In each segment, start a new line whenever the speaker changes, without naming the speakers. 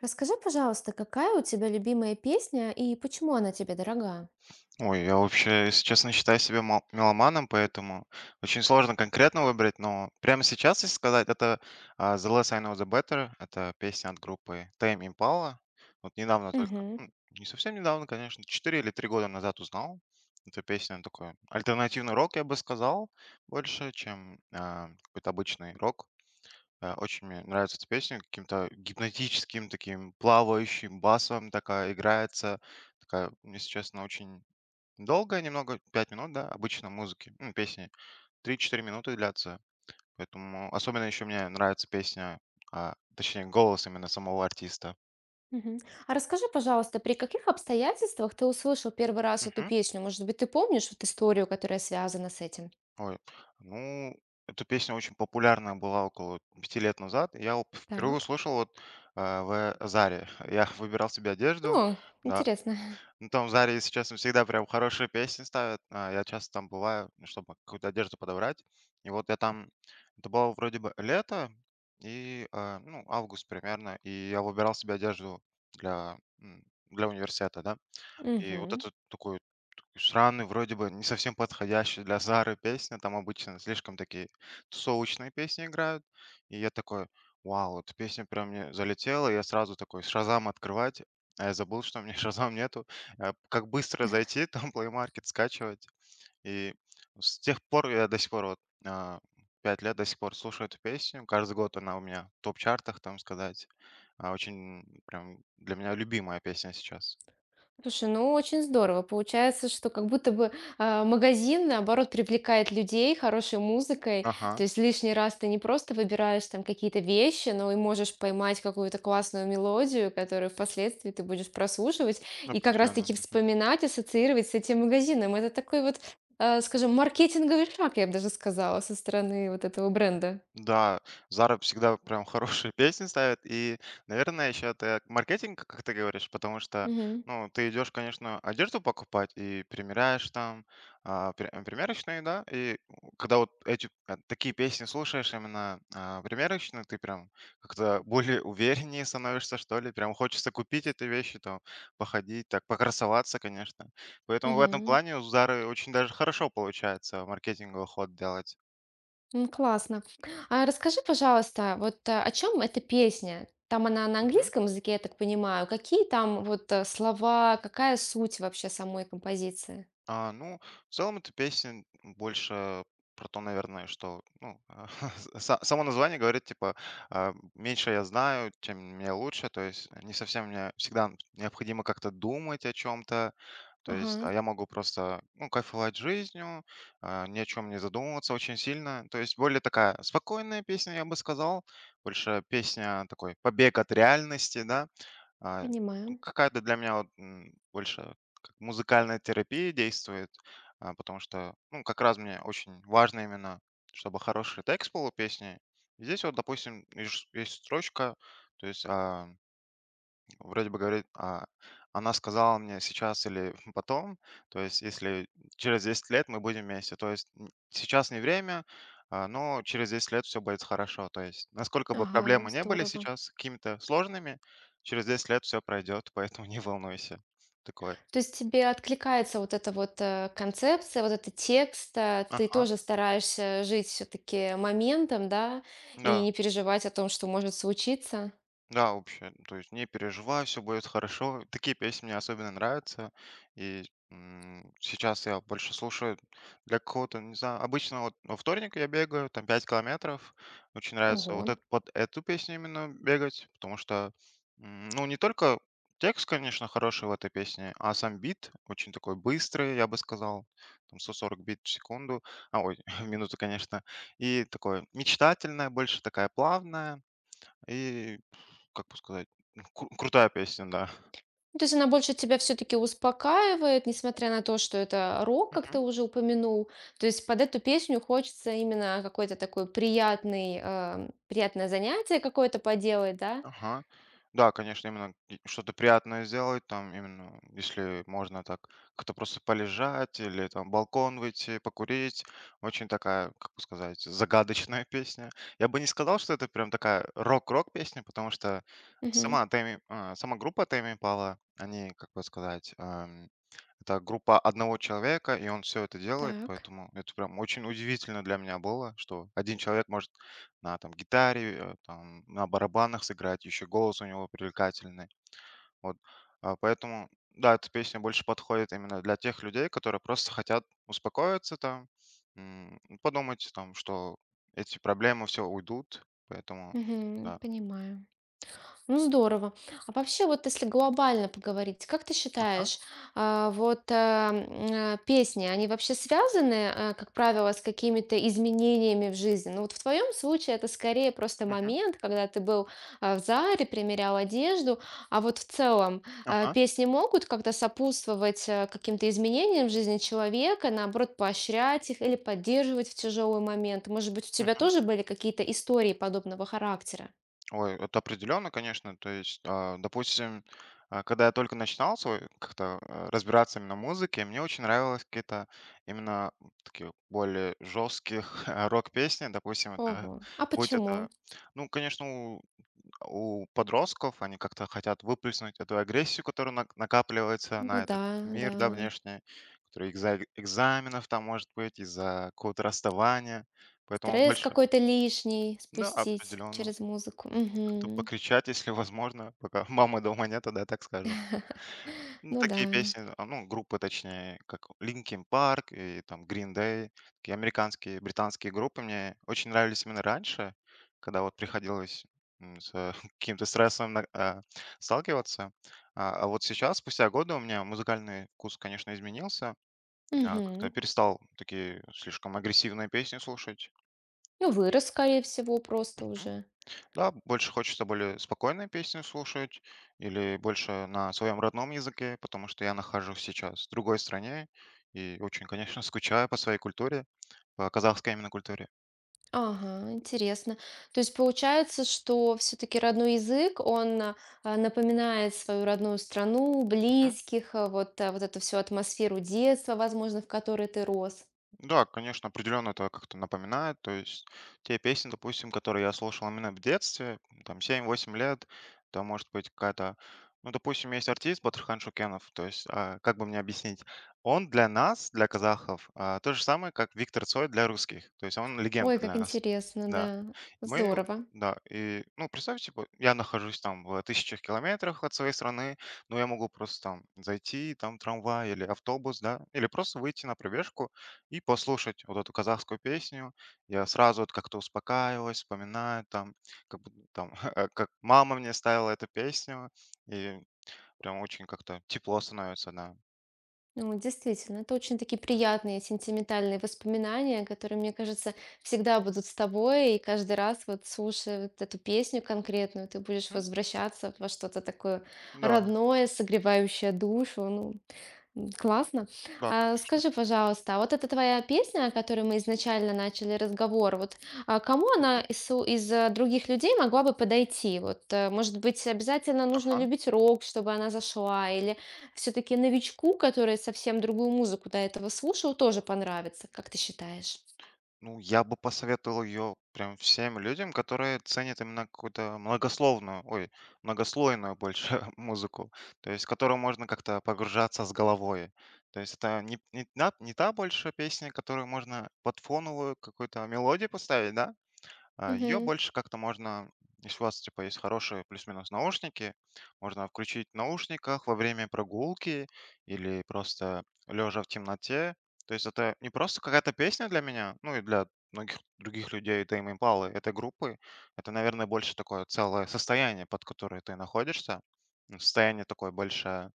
Расскажи, пожалуйста, какая у тебя любимая песня и почему она тебе дорога?
Ой, я вообще, если честно, считаю себя меломаном, поэтому очень сложно конкретно выбрать, но прямо сейчас, если сказать, это The Less I Know The Better, это песня от группы Tame Impala. Вот недавно только,
Мгм.
не совсем недавно, конечно, 4 или 3 года назад узнал. Эта песня такой альтернативный рок, я бы сказал, больше, чем какой-то обычный рок. Очень мне нравится эта песня, каким-то гипнотическим таким плавающим басом такая играется. Такая, если честно, очень долгая немного, 5 минут, да, обычно музыки, ну, песни, 3-4 минуты длятся. Поэтому особенно еще мне нравится песня, точнее, голос именно самого артиста.
Мгм. А расскажи, пожалуйста, при каких обстоятельствах ты услышал первый раз эту
Мгм.
песню? Может быть, ты помнишь вот историю, которая связана с этим?
Ой, ну, эта песня очень популярна была около 5 лет назад. Я вот впервые
Так.
услышал вот в Заре. Я выбирал себе одежду,
О,
да.
интересно.
Ну, там в «Заре», если честно, всегда прям хорошие песни ставят. Я часто там бываю, ну, чтобы какую-то одежду подобрать. И вот я там, это было вроде бы лето и, ну, август примерно, и я выбирал себе одежду для, м, для университета, да. И вот это такой странный, вроде бы не совсем подходящая для «Зары» песня. Там обычно слишком такие тусовочные песни играют. И я такой: «Вау, эта песня прям мне залетела». Я сразу такой «Шазам» открывать, а я забыл, что у меня «Шазам» нету. Как быстро зайти, там Play Market скачивать. И с тех пор я до сих пор вот, а, 5 лет до сих пор слушаю эту песню. Каждый год она у меня в топ-чартах, там сказать. Очень прям для меня любимая песня сейчас.
Слушай, ну очень здорово. Получается, что как будто бы магазин, наоборот, привлекает людей хорошей музыкой.
Ага,
То есть лишний раз ты не просто выбираешь там какие-то вещи, но и можешь поймать какую-то классную мелодию, которую впоследствии ты будешь прослушивать и как
определенно.
раз-таки вспоминать, ассоциировать с этим магазином. Это такой вот, скажем, маркетинговый шаг, я бы даже сказала, со стороны вот этого бренда.
Да, Зара всегда прям хорошие песни ставит. И, наверное, еще это маркетинг, как ты говоришь, потому что,
Мгм.
ну, ты идешь, конечно, одежду покупать и примеряешь там, примерочные, да, и когда вот эти такие песни слушаешь именно примерочные, ты прям как-то более увереннее становишься, что ли, прям хочется купить эти вещи, там, походить, так, покрасоваться, конечно. Поэтому в этом
Мгм.
плане у Зары очень даже хорошо получается маркетинговый ход делать.
М, классно. А расскажи, пожалуйста, вот о чем эта песня? Там она на английском языке, я так понимаю. Какие там вот слова, какая суть вообще самой композиции?
Ну, в целом эта песня больше про то, наверное, что, ну, само название говорит, типа, меньше я знаю, тем мне лучше, то есть не совсем мне всегда необходимо как-то думать о чем-то, то есть
Ага,
я могу просто, ну, кайфовать жизнью, ни о чем не задумываться очень сильно, то есть более такая спокойная песня, я бы сказал, больше песня такой побег от реальности, да, а, ну,
понимаю.
какая-то для меня вот, больше как музыкальная терапия действует, потому что, ну, как раз мне очень важно именно, чтобы хороший текст был у песни. Здесь вот, допустим, есть строчка, то есть, вроде бы говорит, она сказала мне сейчас или потом, то есть если через 10 лет мы будем вместе, то есть сейчас не время, но через 10 лет все будет хорошо, то есть насколько бы
Ага,
проблемы не были
здорово.
сейчас какими-то сложными, через 10 лет все пройдет, поэтому не волнуйся. Такое.
То есть тебе откликается вот эта вот концепция, вот этот текст, ты
Ага,
тоже стараешься жить все-таки моментом, да, и
да.
не переживать о том, что может случиться.
Да, вообще, то есть не переживай, все будет хорошо. Такие песни мне особенно нравятся. И сейчас я больше слушаю для какого-то, не знаю, обычно вот во вторник я бегаю, там 5 километров. Очень нравится
Ого.
вот под эту песню именно бегать, потому что, ну, не только текст, конечно, хороший в этой песне, а сам бит очень такой быстрый, я бы сказал, там 140 бит в секунду, ой, в минуту, конечно. И такое мечтательное, больше такая плавная. И как бы сказать, ну, крутая песня, да.
Ну, то есть она больше тебя все-таки успокаивает, несмотря на то, что это рок, как
Мгм.
ты уже упомянул. То есть под эту песню хочется именно какой-то такой приятный, приятное занятие какое-то поделать, да?
Ага. Да, конечно, именно и что-то приятное сделать, там именно, если можно так как-то просто полежать или там балкон выйти, покурить. Очень такая, как бы сказать, загадочная песня. Я бы не сказал, что это прям такая рок-рок песня, потому что
Мгм.
сама группа Тэмми пала, они, как бы сказать, это группа одного человека, и он все это делает,
Так.
поэтому это прям очень удивительно для меня было, что один человек может на там гитаре, там на барабанах сыграть, еще голос у него привлекательный. Вот, поэтому, да, эта песня больше подходит именно для тех людей, которые просто хотят успокоиться там, подумать там, что эти проблемы все уйдут, поэтому
Мгм.
да.
Понимаю. Ну, здорово. А вообще, вот если глобально поговорить, как ты
Ага,
считаешь, а, вот а, м, песни, они вообще связаны, как правило, с какими-то изменениями в жизни? Ну, вот в твоем случае это скорее просто
мгм,
момент, когда ты был в Заре, примерял одежду, а вот в целом
ага,
песни могут как-то сопутствовать каким-то изменениям в жизни человека, наоборот, поощрять их или поддерживать в тяжелый момент? Может быть, у тебя
мгм.
тоже были какие-то истории подобного характера?
Ой, это определенно, конечно. То есть, допустим, когда я только начинал свой как-то разбираться именно в музыке, мне очень нравилось какие-то именно такие более жестких рок-песни. Допустим, это
Ого. А
будь это,
почему?
ну, конечно, у подростков, они как-то хотят выплеснуть эту агрессию, которая накапливается
Ну
на этот
да, да.
мир, да, внешний, который из-за экзаменов там может быть, из-за какого-то расставания. Поэтому
Стресс
больше,
какой-то лишний
да,
спустить
определенно.
через музыку.
Мгм. Как-то
Мгм.
покричать, если возможно, пока мамы дома нет, да, так скажем. Ну,
Ну да.
такие песни, ну, группы, точнее, как Linkin Park и там Green Day, такие американские, британские группы мне очень нравились именно раньше, когда вот приходилось с каким-то стрессом сталкиваться. А вот сейчас, спустя годы, у меня музыкальный вкус, конечно, изменился. Я как-то
Мгм.
перестал такие слишком агрессивные песни слушать.
Ну, вырос, скорее всего, просто уже.
Да, больше хочется более спокойные песни слушать или больше на своем родном языке, потому что я нахожусь сейчас в другой стране и очень, конечно, скучаю по своей культуре, по казахской именно культуре.
Ага, интересно. То есть получается, что все-таки родной язык, он напоминает свою родную страну, близких, вот эту всю атмосферу детства, возможно, в которой ты рос.
Да, конечно, определенно это как-то напоминает. То есть те песни, допустим, которые я слушал именно в детстве, там 7-8 лет, там может быть какая-то... Ну, допустим, есть артист Батырхан Шукенов, то есть, как бы мне объяснить, он для нас, для казахов, то же самое, как Виктор Цой для русских, то есть он легенда
Ой, как
для нас.
интересно,
Да.
да.
Мы,
Здорово.
да, и, ну, представь, типа, я нахожусь там в тысячах километрах от своей страны, но я могу просто там зайти, там трамвай или автобус, да, или просто выйти на пробежку и послушать вот эту казахскую песню. Я сразу вот как-то успокаиваюсь, вспоминаю там, как будто там, как мама мне ставила эту песню, и прям очень как-то тепло становится, да.
Ну, действительно, это очень такие приятные, сентиментальные воспоминания, которые, мне кажется, всегда будут с тобой, и каждый раз, вот слушая вот эту песню конкретную, ты будешь
Мгм.
возвращаться во что-то такое
Да,
родное, согревающее душу. Ну, м, классно.
да,
А
конечно.
скажи, пожалуйста, а вот эта твоя песня, о которой мы изначально начали разговор, вот а кому она
Мгм.
из, су- из, э, других людей могла бы подойти? Вот, может быть, обязательно нужно
Ага.
любить рок, чтобы она зашла, или все-таки новичку, который совсем другую музыку до этого слушал, тоже понравится, как ты считаешь?
Ну, я бы посоветовал ее прям всем людям, которые ценят именно какую-то многословную, ой, многослойную больше музыку, то есть в которую можно как-то погружаться с головой. То есть это не та больше песня, которую можно под фоновую какую-то мелодию поставить, да, ее
Угу,
больше как-то можно, если у вас типа есть хорошие плюс-минус наушники, можно включить в наушниках во время прогулки или просто лежа в темноте. То есть это не просто какая-то песня для меня, ну и для многих других людей Tame Impala, этой группы. Это, наверное, больше такое целое состояние, под которое ты находишься. Ну, состояние такое больше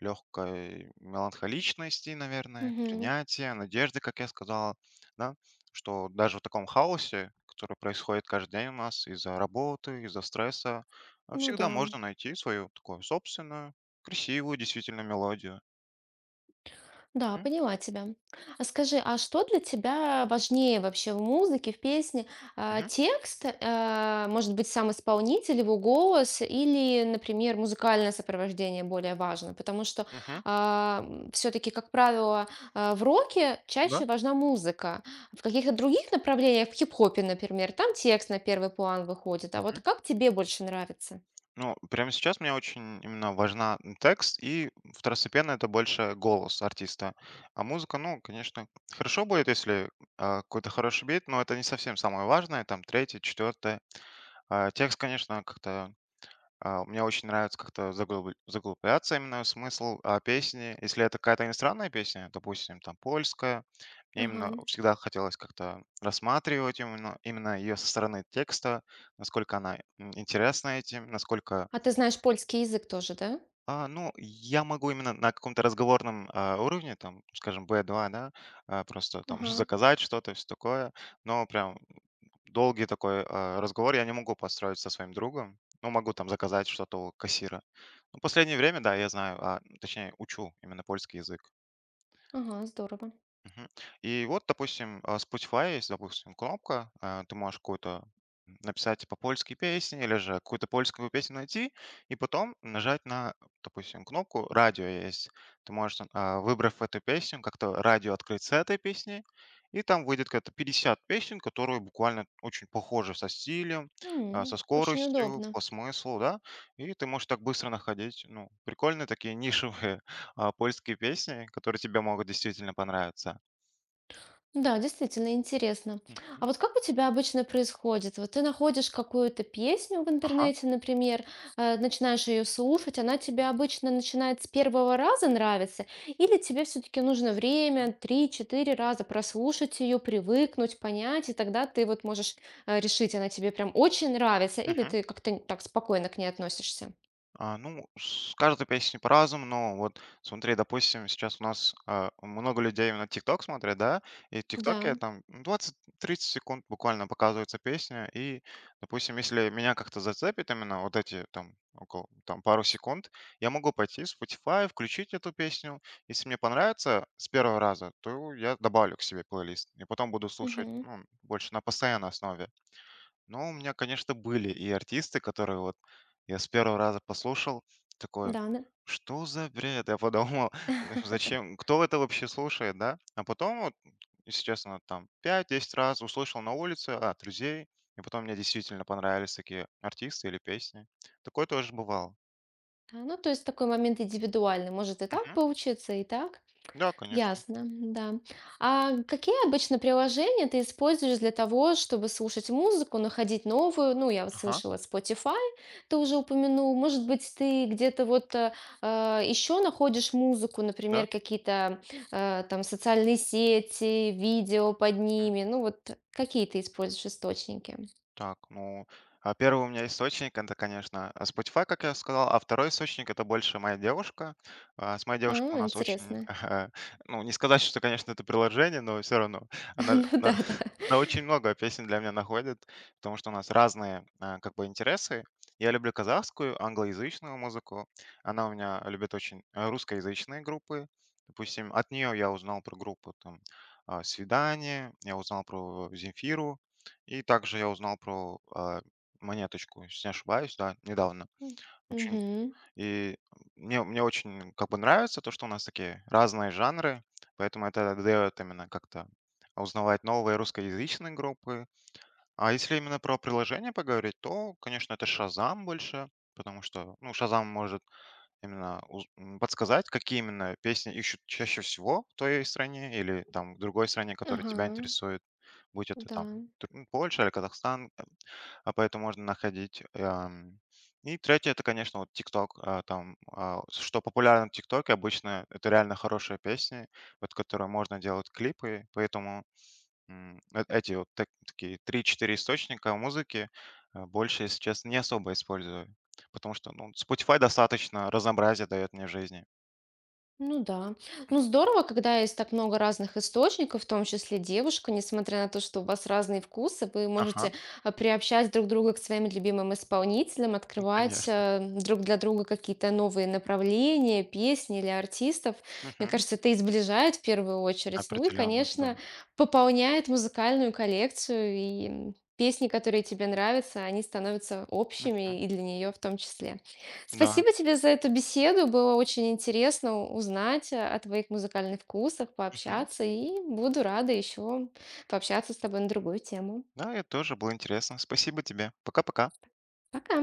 легкой меланхоличности, наверное,
угу.
принятия, надежды, как я сказал, да, что даже в таком хаосе, который происходит каждый день у нас из-за работы, из-за стресса,
Ну
всегда
да.
можно найти свою такую собственную красивую действительно мелодию.
Да,
М,
поняла тебя. А скажи, а что для тебя важнее вообще в музыке, в песне? А,
мгм,
текст, может быть, сам исполнитель, его голос или, например, музыкальное сопровождение более важно? Потому что
мгм,
все-таки, как правило, в роке
да.
чаще важна музыка. В каких-то других направлениях, в хип-хопе, например, там текст на первый план выходит. А вот как тебе больше нравится?
Ну, прямо сейчас мне очень именно важна текст, и второстепенно это больше голос артиста. А музыка, ну, конечно, хорошо будет, если какой-то хороший бит, но это не совсем самое важное, там, третье, четвертое. Текст, конечно, как-то... мне очень нравится как-то заглубляться именно в смысл песни. Если это какая-то иностранная песня, допустим, там, польская, мне
Ага.
именно всегда хотелось как-то рассматривать именно ее со стороны текста, насколько она интересна этим, насколько
А ты знаешь польский язык тоже, да?
ну, я могу именно на каком-то разговорном, уровне, там, скажем, B2, да, просто там
Ага,
заказать что-то, все такое. Но прям долгий такой, разговор я не могу построить со своим другом. Но могу там заказать что-то у кассира. Ну, последнее время, да, я знаю, точнее, учу именно польский язык.
ага, здорово.
Мгм. И вот, допустим, Spotify есть, допустим, кнопка, ты можешь какую-то написать типа польские песни или же какую-то польскую песню найти, и потом нажать на, допустим, кнопку «Радио» есть. Ты можешь, выбрав эту песню, как-то радио открыть с этой песни, и там выйдет какая-то 50 песен, которые буквально очень похожи со стилем, со
М, очень
скоростью,
удобно.
по смыслу, да, и ты можешь так быстро находить, ну, прикольные такие нишевые польские песни, которые тебе могут действительно понравиться.
Да, действительно интересно. А
Мгм.
вот как у тебя обычно происходит? Вот ты находишь какую-то песню в
Ага.
интернете, например, начинаешь ее слушать, она тебе обычно начинает с первого раза нравиться, или тебе все-таки нужно
М.
время, три-четыре раза прослушать ее, привыкнуть, понять, и тогда ты вот можешь решить, она тебе прям очень нравится, или
Мгм.
ты как-то так спокойно к ней относишься?
Ну, с каждой песней по-разному, но вот смотри, допустим, сейчас у нас, много людей именно TikTok смотрят, да, и в
Да,
«Тиктоке» там 20-30 секунд буквально показывается песня, и, допустим, если меня как-то зацепит именно вот эти там около там пару секунд, я могу пойти в Spotify, включить эту песню. Если мне понравится с первого раза, то я добавлю к себе плейлист и потом буду слушать,
мгм.
ну, больше на постоянной основе. Но у меня, конечно, были и артисты, которые вот я с первого раза послушал, такой,
Да, да.
что за бред? Я подумал, зачем, кто это вообще слушает, да? А потом, вот, если честно, там 5, 10 раз услышал на улице от друзей, и потом мне действительно понравились такие артисты или песни. Такое тоже бывало.
А, ну, то есть такой момент индивидуальный. Может и так
Мгм.
получиться, и так.
Да, конечно.
Ясно, да. А какие обычно приложения ты используешь для того, чтобы слушать музыку, находить новую? Ну, я вот
Ага,
слышала Spotify, ты уже упомянул. Может быть, ты где-то вот еще находишь музыку,
да.
например, какие-то там социальные сети, видео под ними. Ну, вот какие ты используешь источники?
Так, ну, а первый у меня источник это, конечно, Spotify, как я сказал, а второй источник это больше моя девушка. С моей девушкой у
А,
нас очень,
интересно.
ну, не сказать, что, конечно, это приложение, но все равно она,
Ну да, да.
она очень много песен для меня находит, потому что у нас разные, как бы, интересы. Я люблю казахскую, англоязычную музыку. Она у меня любит очень русскоязычные группы. Допустим, от нее я узнал про группу там «Свидание», я узнал про Земфиру, и также я узнал про, Монеточку, если не ошибаюсь, да, недавно. Очень,
Мгм.
и мне очень как бы нравится то, что у нас такие разные жанры, поэтому это даёт именно как-то узнавать новые русскоязычные группы. А если именно про приложение поговорить, то, конечно, это «Шазам» больше, потому что, ну, «Шазам» может именно подсказать, какие именно песни ищут чаще всего в твоей стране или там в другой стране, которая
Ага.
тебя интересует, будь это
Да,
там Т Польша или Казахстан. А поэтому можно находить. И третье, это, конечно, вот TikTok. Там, что популярно в ТикТоке обычно, это реально хорошие песни, под которые можно делать клипы, поэтому эти вот такие 3-4 источника музыки, больше, если честно, не особо использую, потому что, ну, Spotify достаточно разнообразия дает мне в жизни.
ну да. Ну здорово, когда есть так много разных источников, в том числе девушка, несмотря на то, что у вас разные вкусы, вы
Ага,
можете приобщать друг друга к своим любимым исполнителям,
ну,
открывать
конечно.
друг для друга какие-то новые направления, песни или артистов. Мне
Мгм.
кажется, это и сближает в первую очередь. Ну и,
Определенно, да.
конечно, пополняет музыкальную коллекцию, и м, песни, которые тебе нравятся, они становятся
Мгм.
общими и для нее в том числе.
Да.
Спасибо тебе за эту беседу. Было очень интересно узнать о твоих музыкальных вкусах,
Мгм.
пообщаться, и буду рада еще пообщаться с тобой на другую тему.
Да, это тоже было интересно. Спасибо тебе. Пока-пока.
Пока!